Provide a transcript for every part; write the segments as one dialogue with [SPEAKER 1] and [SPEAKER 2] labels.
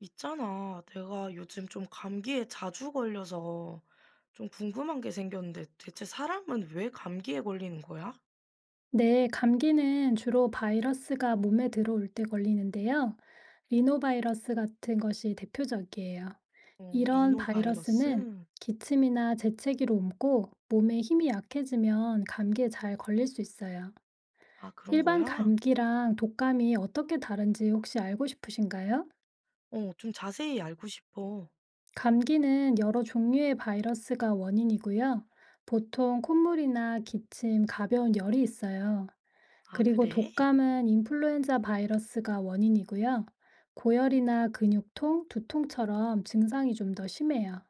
[SPEAKER 1] 있잖아, 내가 요즘 좀 감기에 자주 걸려서 좀 궁금한 게 생겼는데 대체 사람은 왜 감기에 걸리는 거야?
[SPEAKER 2] 네, 감기는 주로 바이러스가 몸에 들어올 때 걸리는데요. 리노바이러스 같은 것이 대표적이에요.
[SPEAKER 1] 어,
[SPEAKER 2] 이런 바이러스는
[SPEAKER 1] 리노바이러스?
[SPEAKER 2] 기침이나 재채기로 옮고 몸에 힘이 약해지면 감기에 잘 걸릴 수 있어요.
[SPEAKER 1] 아, 그런
[SPEAKER 2] 일반
[SPEAKER 1] 거야?
[SPEAKER 2] 감기랑 독감이 어떻게 다른지 혹시 알고 싶으신가요?
[SPEAKER 1] 어, 좀 자세히 알고 싶어.
[SPEAKER 2] 감기는 여러 종류의 바이러스가 원인이고요. 보통 콧물이나 기침, 가벼운 열이 있어요.
[SPEAKER 1] 아,
[SPEAKER 2] 그리고
[SPEAKER 1] 그래?
[SPEAKER 2] 독감은 인플루엔자 바이러스가 원인이고요. 고열이나 근육통, 두통처럼 증상이 좀 더 심해요.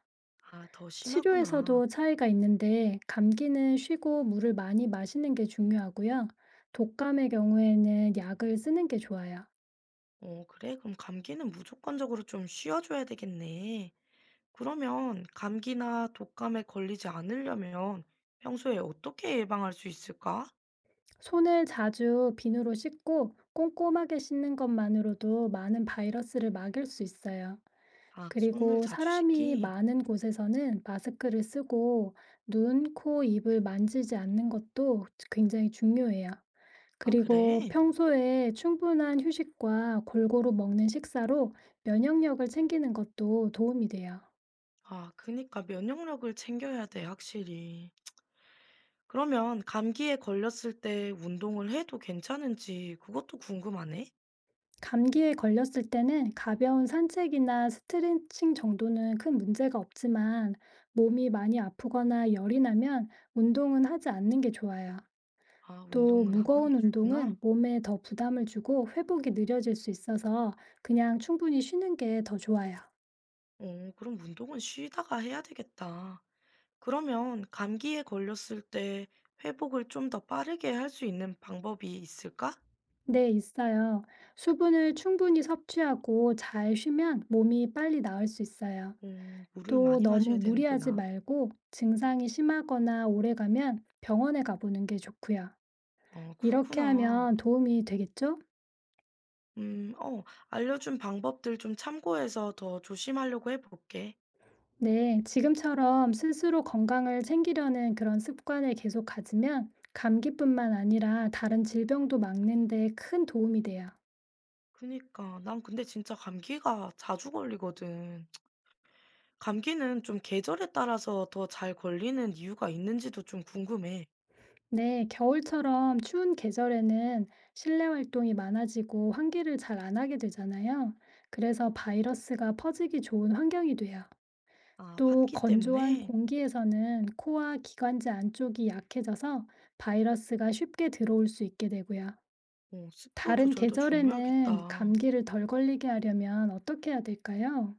[SPEAKER 1] 아, 더 심하구나.
[SPEAKER 2] 치료에서도 차이가 있는데 감기는 쉬고 물을 많이 마시는 게 중요하고요. 독감의 경우에는 약을 쓰는 게 좋아요.
[SPEAKER 1] 어, 그래? 그럼 감기는 무조건적으로 좀 쉬어줘야 되겠네. 그러면 감기나 독감에 걸리지 않으려면 평소에 어떻게 예방할 수 있을까?
[SPEAKER 2] 손을 자주 비누로 씻고 꼼꼼하게 씻는 것만으로도 많은 바이러스를 막을 수 있어요.
[SPEAKER 1] 아, 손을
[SPEAKER 2] 그리고
[SPEAKER 1] 자주
[SPEAKER 2] 사람이
[SPEAKER 1] 씻기.
[SPEAKER 2] 많은 곳에서는 마스크를 쓰고 눈, 코, 입을 만지지 않는 것도 굉장히 중요해요.
[SPEAKER 1] 아,
[SPEAKER 2] 그리고
[SPEAKER 1] 그래?
[SPEAKER 2] 평소에 충분한 휴식과 골고루 먹는 식사로 면역력을 챙기는 것도 도움이 돼요.
[SPEAKER 1] 아, 그니까 면역력을 챙겨야 돼, 확실히. 그러면 감기에 걸렸을 때 운동을 해도 괜찮은지 그것도 궁금하네.
[SPEAKER 2] 감기에 걸렸을 때는 가벼운 산책이나 스트레칭 정도는 큰 문제가 없지만 몸이 많이 아프거나 열이 나면 운동은 하지 않는 게 좋아요.
[SPEAKER 1] 아,
[SPEAKER 2] 또
[SPEAKER 1] 운동은 안 하는
[SPEAKER 2] 무거운
[SPEAKER 1] 게 좋구나.
[SPEAKER 2] 운동은 몸에 더 부담을 주고 회복이 느려질 수 있어서 그냥 충분히 쉬는 게 더 좋아요.
[SPEAKER 1] 어, 그럼 운동은 쉬다가 해야 되겠다. 그러면 감기에 걸렸을 때 회복을 좀 더 빠르게 할 수 있는 방법이 있을까?
[SPEAKER 2] 네, 있어요. 수분을 충분히 섭취하고 잘 쉬면 몸이 빨리 나을 수 있어요.
[SPEAKER 1] 음, 물을
[SPEAKER 2] 또
[SPEAKER 1] 많이 마셔야
[SPEAKER 2] 너무 무리하지
[SPEAKER 1] 되는구나.
[SPEAKER 2] 말고 증상이 심하거나 오래 가면 병원에 가보는 게 좋고요.
[SPEAKER 1] 어,
[SPEAKER 2] 이렇게
[SPEAKER 1] 그렇구나.
[SPEAKER 2] 하면 도움이 되겠죠?
[SPEAKER 1] 음 어 알려준 방법들 좀 참고해서 더 조심하려고 해 볼게.
[SPEAKER 2] 네, 지금처럼 스스로 건강을 챙기려는 그런 습관을 계속 가지면 감기뿐만 아니라 다른 질병도 막는 데 큰 도움이 돼요.
[SPEAKER 1] 그니까. 난 근데 진짜 감기가 자주 걸리거든. 감기는 좀 계절에 따라서 더 잘 걸리는 이유가 있는지도 좀 궁금해.
[SPEAKER 2] 네, 겨울처럼 추운 계절에는 실내 활동이 많아지고 환기를 잘 안 하게 되잖아요. 그래서 바이러스가 퍼지기 좋은 환경이 돼요.
[SPEAKER 1] 아,
[SPEAKER 2] 또
[SPEAKER 1] 환기
[SPEAKER 2] 건조한
[SPEAKER 1] 때문에?
[SPEAKER 2] 공기에서는 코와 기관지 안쪽이 약해져서 바이러스가 쉽게 들어올 수 있게 되고요.
[SPEAKER 1] 어, 습도
[SPEAKER 2] 다른
[SPEAKER 1] 조절도
[SPEAKER 2] 계절에는
[SPEAKER 1] 중요하겠다.
[SPEAKER 2] 감기를 덜 걸리게 하려면 어떻게 해야 될까요?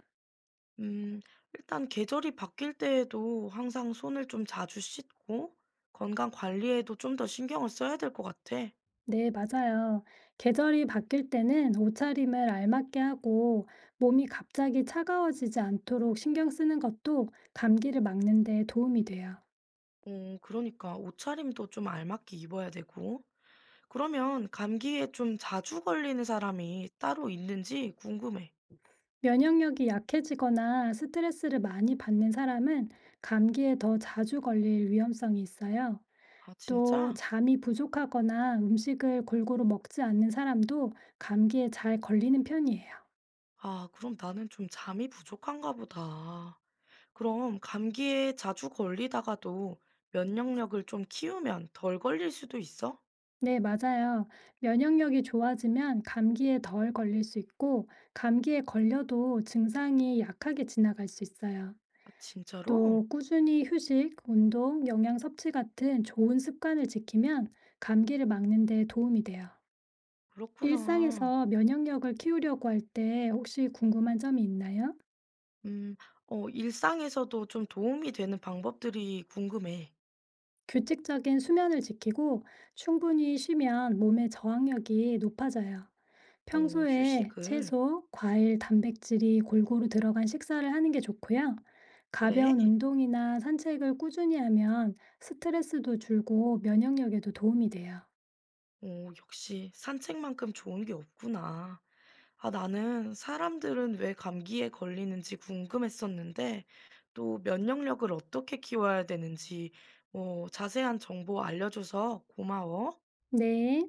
[SPEAKER 1] 음, 일단 계절이 바뀔 때에도 항상 손을 좀 자주 씻고 건강 관리에도 좀 더 신경을 써야 될 것 같아.
[SPEAKER 2] 네, 맞아요. 계절이 바뀔 때는 옷차림을 알맞게 하고 몸이 갑자기 차가워지지 않도록 신경 쓰는 것도 감기를 막는 데 도움이 돼요.
[SPEAKER 1] 어, 그러니까 옷차림도 좀 알맞게 입어야 되고. 그러면 감기에 좀 자주 걸리는 사람이 따로 있는지 궁금해.
[SPEAKER 2] 면역력이 약해지거나 스트레스를 많이 받는 사람은 감기에 더 자주 걸릴 위험성이 있어요.
[SPEAKER 1] 아,
[SPEAKER 2] 또
[SPEAKER 1] 진짜?
[SPEAKER 2] 잠이 부족하거나 음식을 골고루 먹지 않는 사람도 감기에 잘 걸리는 편이에요.
[SPEAKER 1] 아, 그럼 나는 좀 잠이 부족한가 보다. 그럼 감기에 자주 걸리다가도 면역력을 좀 키우면 덜 걸릴 수도 있어?
[SPEAKER 2] 네, 맞아요. 면역력이 좋아지면 감기에 덜 걸릴 수 있고, 감기에 걸려도 증상이 약하게 지나갈 수 있어요.
[SPEAKER 1] 아, 진짜로?
[SPEAKER 2] 또 꾸준히 휴식, 운동, 영양 섭취 같은 좋은 습관을 지키면 감기를 막는 데 도움이 돼요.
[SPEAKER 1] 그렇구나.
[SPEAKER 2] 일상에서 면역력을 키우려고 할 때 혹시 궁금한 점이 있나요?
[SPEAKER 1] 음, 어, 일상에서도 좀 도움이 되는 방법들이 궁금해.
[SPEAKER 2] 규칙적인 수면을 지키고 충분히 쉬면 몸의 저항력이 높아져요.
[SPEAKER 1] 어,
[SPEAKER 2] 평소에
[SPEAKER 1] 휴식을.
[SPEAKER 2] 채소, 과일, 단백질이 골고루 들어간 식사를 하는 게 좋고요.
[SPEAKER 1] 그래?
[SPEAKER 2] 가벼운 운동이나 산책을 꾸준히 하면 스트레스도 줄고 면역력에도 도움이 돼요.
[SPEAKER 1] 어, 역시 산책만큼 좋은 게 없구나. 아, 나는 사람들은 왜 감기에 걸리는지 궁금했었는데, 또 면역력을 어떻게 키워야 되는지, 뭐, 자세한 정보 알려줘서 고마워.
[SPEAKER 2] 네.